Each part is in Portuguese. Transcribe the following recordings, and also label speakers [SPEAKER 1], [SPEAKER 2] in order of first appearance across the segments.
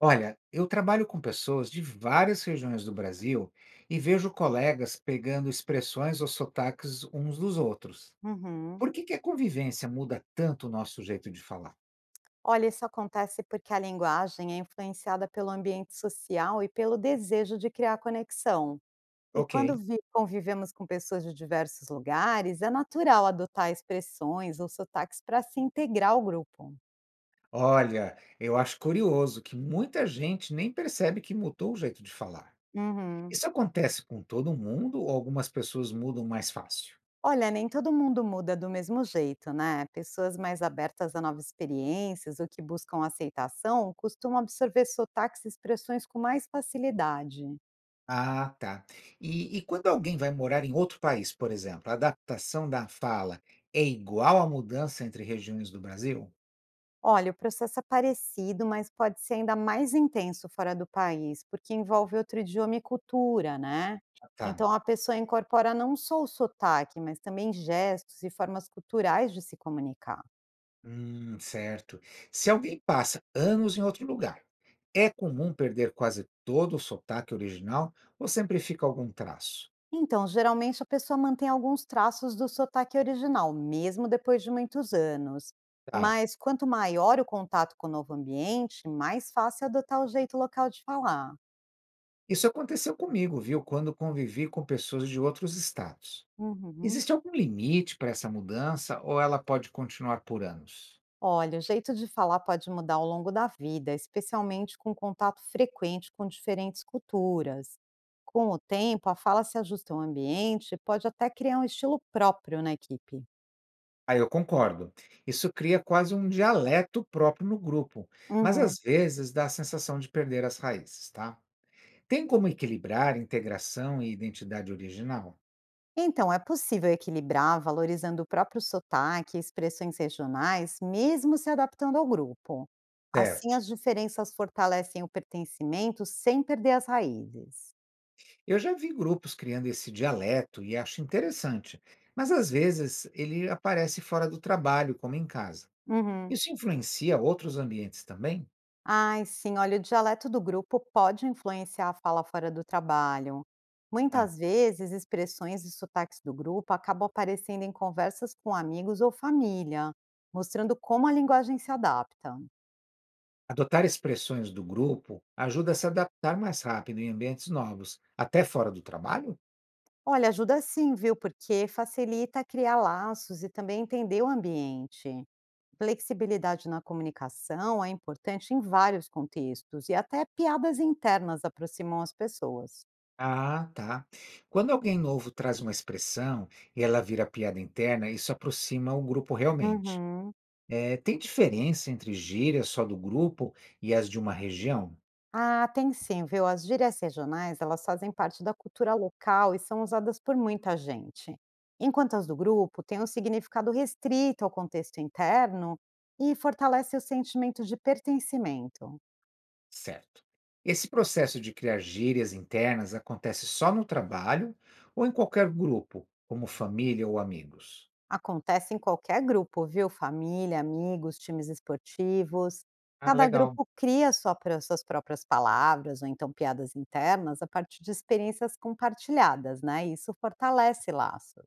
[SPEAKER 1] Olha, eu trabalho com pessoas de várias regiões do Brasil e vejo colegas pegando expressões ou sotaques uns dos outros.
[SPEAKER 2] Uhum.
[SPEAKER 1] Por que que a convivência muda tanto o nosso jeito de falar?
[SPEAKER 2] Olha, isso acontece porque a linguagem é influenciada pelo ambiente social e pelo desejo de criar conexão. E
[SPEAKER 1] Ok.
[SPEAKER 2] quando convivemos com pessoas de diversos lugares, é natural adotar expressões ou sotaques para se integrar ao grupo.
[SPEAKER 1] Olha, eu acho curioso que muita gente nem percebe que mudou o jeito de falar.
[SPEAKER 2] Uhum.
[SPEAKER 1] Isso acontece com todo mundo ou algumas pessoas mudam mais fácil?
[SPEAKER 2] Olha, nem todo mundo muda do mesmo jeito, né? Pessoas mais abertas a novas experiências ou que buscam aceitação costumam absorver sotaques e expressões com mais facilidade.
[SPEAKER 1] Ah, tá. E quando alguém vai morar em outro país, por exemplo, a adaptação da fala é igual à mudança entre regiões do Brasil?
[SPEAKER 2] Olha, o processo é parecido, mas pode ser ainda mais intenso fora do país, porque envolve outro idioma e cultura, né?
[SPEAKER 1] Tá.
[SPEAKER 2] Então a pessoa incorpora não só o sotaque, mas também gestos e formas culturais de se comunicar.
[SPEAKER 1] Certo. Se alguém passa anos em outro lugar, é comum perder quase todo o sotaque original ou sempre fica algum traço?
[SPEAKER 2] Então, geralmente a pessoa mantém alguns traços do sotaque original, mesmo depois de muitos anos.
[SPEAKER 1] Tá.
[SPEAKER 2] Mas quanto maior o contato com o novo ambiente, mais fácil é adotar o jeito local de falar.
[SPEAKER 1] Isso aconteceu comigo, viu, quando convivi com pessoas de outros estados.
[SPEAKER 2] Uhum.
[SPEAKER 1] Existe algum limite para essa mudança ou ela pode continuar por anos?
[SPEAKER 2] Olha, o jeito de falar pode mudar ao longo da vida, especialmente com contato frequente com diferentes culturas. Com o tempo, a fala se ajusta ao ambiente e pode até criar um estilo próprio na equipe.
[SPEAKER 1] Ah, eu concordo. Isso cria quase um dialeto próprio no grupo, mas
[SPEAKER 2] Uhum.
[SPEAKER 1] às vezes dá a sensação de perder as raízes, tá? Tem como equilibrar integração e identidade original?
[SPEAKER 2] Então, é possível equilibrar valorizando o próprio sotaque e expressões regionais, mesmo se adaptando ao grupo. Assim,
[SPEAKER 1] Certo.
[SPEAKER 2] as diferenças fortalecem o pertencimento sem perder as raízes.
[SPEAKER 1] Eu já vi grupos criando esse dialeto e acho interessante, mas às vezes ele aparece fora do trabalho, como em casa.
[SPEAKER 2] Uhum.
[SPEAKER 1] Isso influencia outros ambientes também?
[SPEAKER 2] Ai, sim, olha, o dialeto do grupo pode influenciar a fala fora do trabalho.
[SPEAKER 1] Ah.
[SPEAKER 2] Muitas vezes, expressões e sotaques do grupo acabam aparecendo em conversas com amigos ou família, mostrando como a linguagem se adapta.
[SPEAKER 1] Adotar expressões do grupo ajuda a se adaptar mais rápido em ambientes novos, até fora do trabalho?
[SPEAKER 2] Olha, ajuda sim, viu? Porque facilita criar laços e também entender o ambiente. Flexibilidade na comunicação é importante em vários contextos, e até piadas internas aproximam as pessoas.
[SPEAKER 1] Ah, tá. Quando alguém novo traz uma expressão e ela vira piada interna, isso aproxima o grupo realmente.
[SPEAKER 2] Uhum.
[SPEAKER 1] Tem diferença entre gírias só do grupo e as de uma região?
[SPEAKER 2] Ah, tem sim, viu? As gírias regionais, elas fazem parte da cultura local e são usadas por muita gente. Enquanto as do grupo têm um significado restrito ao contexto interno e fortalece o sentimento de pertencimento.
[SPEAKER 1] Certo. Esse processo de criar gírias internas acontece só no trabalho ou em qualquer grupo, como família ou amigos?
[SPEAKER 2] Acontece em qualquer grupo, viu? Família, amigos, times esportivos.
[SPEAKER 1] Ah,
[SPEAKER 2] Cada
[SPEAKER 1] legal.
[SPEAKER 2] grupo cria suas próprias palavras ou então piadas internas a partir de experiências compartilhadas, né? E isso fortalece laços.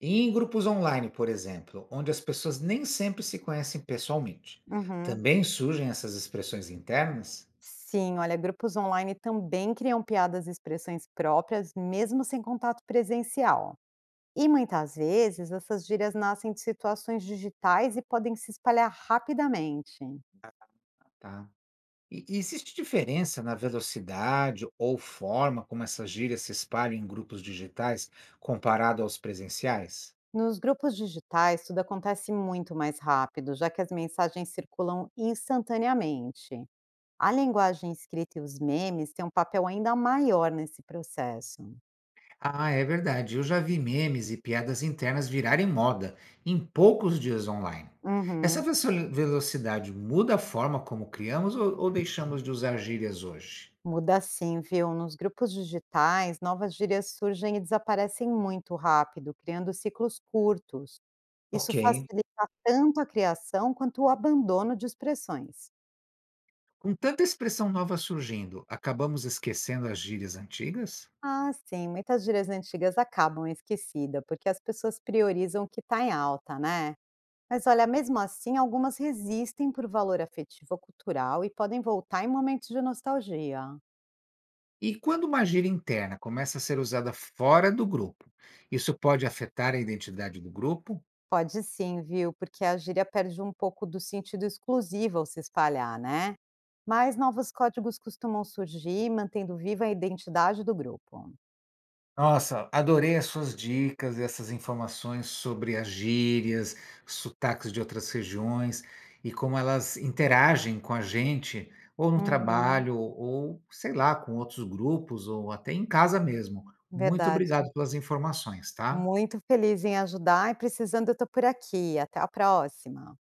[SPEAKER 1] E em grupos online, por exemplo, onde as pessoas nem sempre se conhecem pessoalmente.
[SPEAKER 2] Uhum.
[SPEAKER 1] Também surgem essas expressões internas?
[SPEAKER 2] Sim, olha, grupos online também criam piadas e expressões próprias, mesmo sem contato presencial. E muitas vezes essas gírias nascem de situações digitais e podem se espalhar rapidamente.
[SPEAKER 1] Tá. E existe diferença na velocidade ou forma como essas gírias se espalham em grupos digitais comparado aos presenciais?
[SPEAKER 2] Nos grupos digitais, tudo acontece muito mais rápido, já que as mensagens circulam instantaneamente. A linguagem escrita e os memes têm um papel ainda maior nesse processo.
[SPEAKER 1] Ah, é verdade. Eu já vi memes e piadas internas virarem moda em poucos dias online. Essa
[SPEAKER 2] Uhum.
[SPEAKER 1] velocidade muda a forma como criamos ou deixamos de usar gírias hoje?
[SPEAKER 2] Muda sim, viu? Nos grupos digitais, novas gírias surgem e desaparecem muito rápido, criando ciclos curtos. Isso
[SPEAKER 1] Ok.
[SPEAKER 2] facilita tanto a criação quanto o abandono de expressões.
[SPEAKER 1] Com tanta expressão nova surgindo, acabamos esquecendo as gírias antigas?
[SPEAKER 2] Ah, sim, muitas gírias antigas acabam esquecidas, porque as pessoas priorizam o que está em alta, né? Mas olha, mesmo assim, algumas resistem por valor afetivo ou cultural e podem voltar em momentos de nostalgia.
[SPEAKER 1] E quando uma gíria interna começa a ser usada fora do grupo, isso pode afetar a identidade do grupo?
[SPEAKER 2] Pode sim, viu? Porque a gíria perde um pouco do sentido exclusivo ao se espalhar, né? Mas novos códigos costumam surgir, mantendo viva a identidade do grupo.
[SPEAKER 1] Nossa, adorei as suas dicas, essas informações sobre as gírias, sotaques de outras regiões e como elas interagem com a gente, ou no
[SPEAKER 2] Uhum,
[SPEAKER 1] trabalho, ou sei lá, com outros grupos, ou até em casa mesmo. Muito
[SPEAKER 2] verdade.
[SPEAKER 1] obrigado pelas informações, tá?
[SPEAKER 2] Muito feliz em ajudar e precisando, eu tô por aqui. Até a próxima.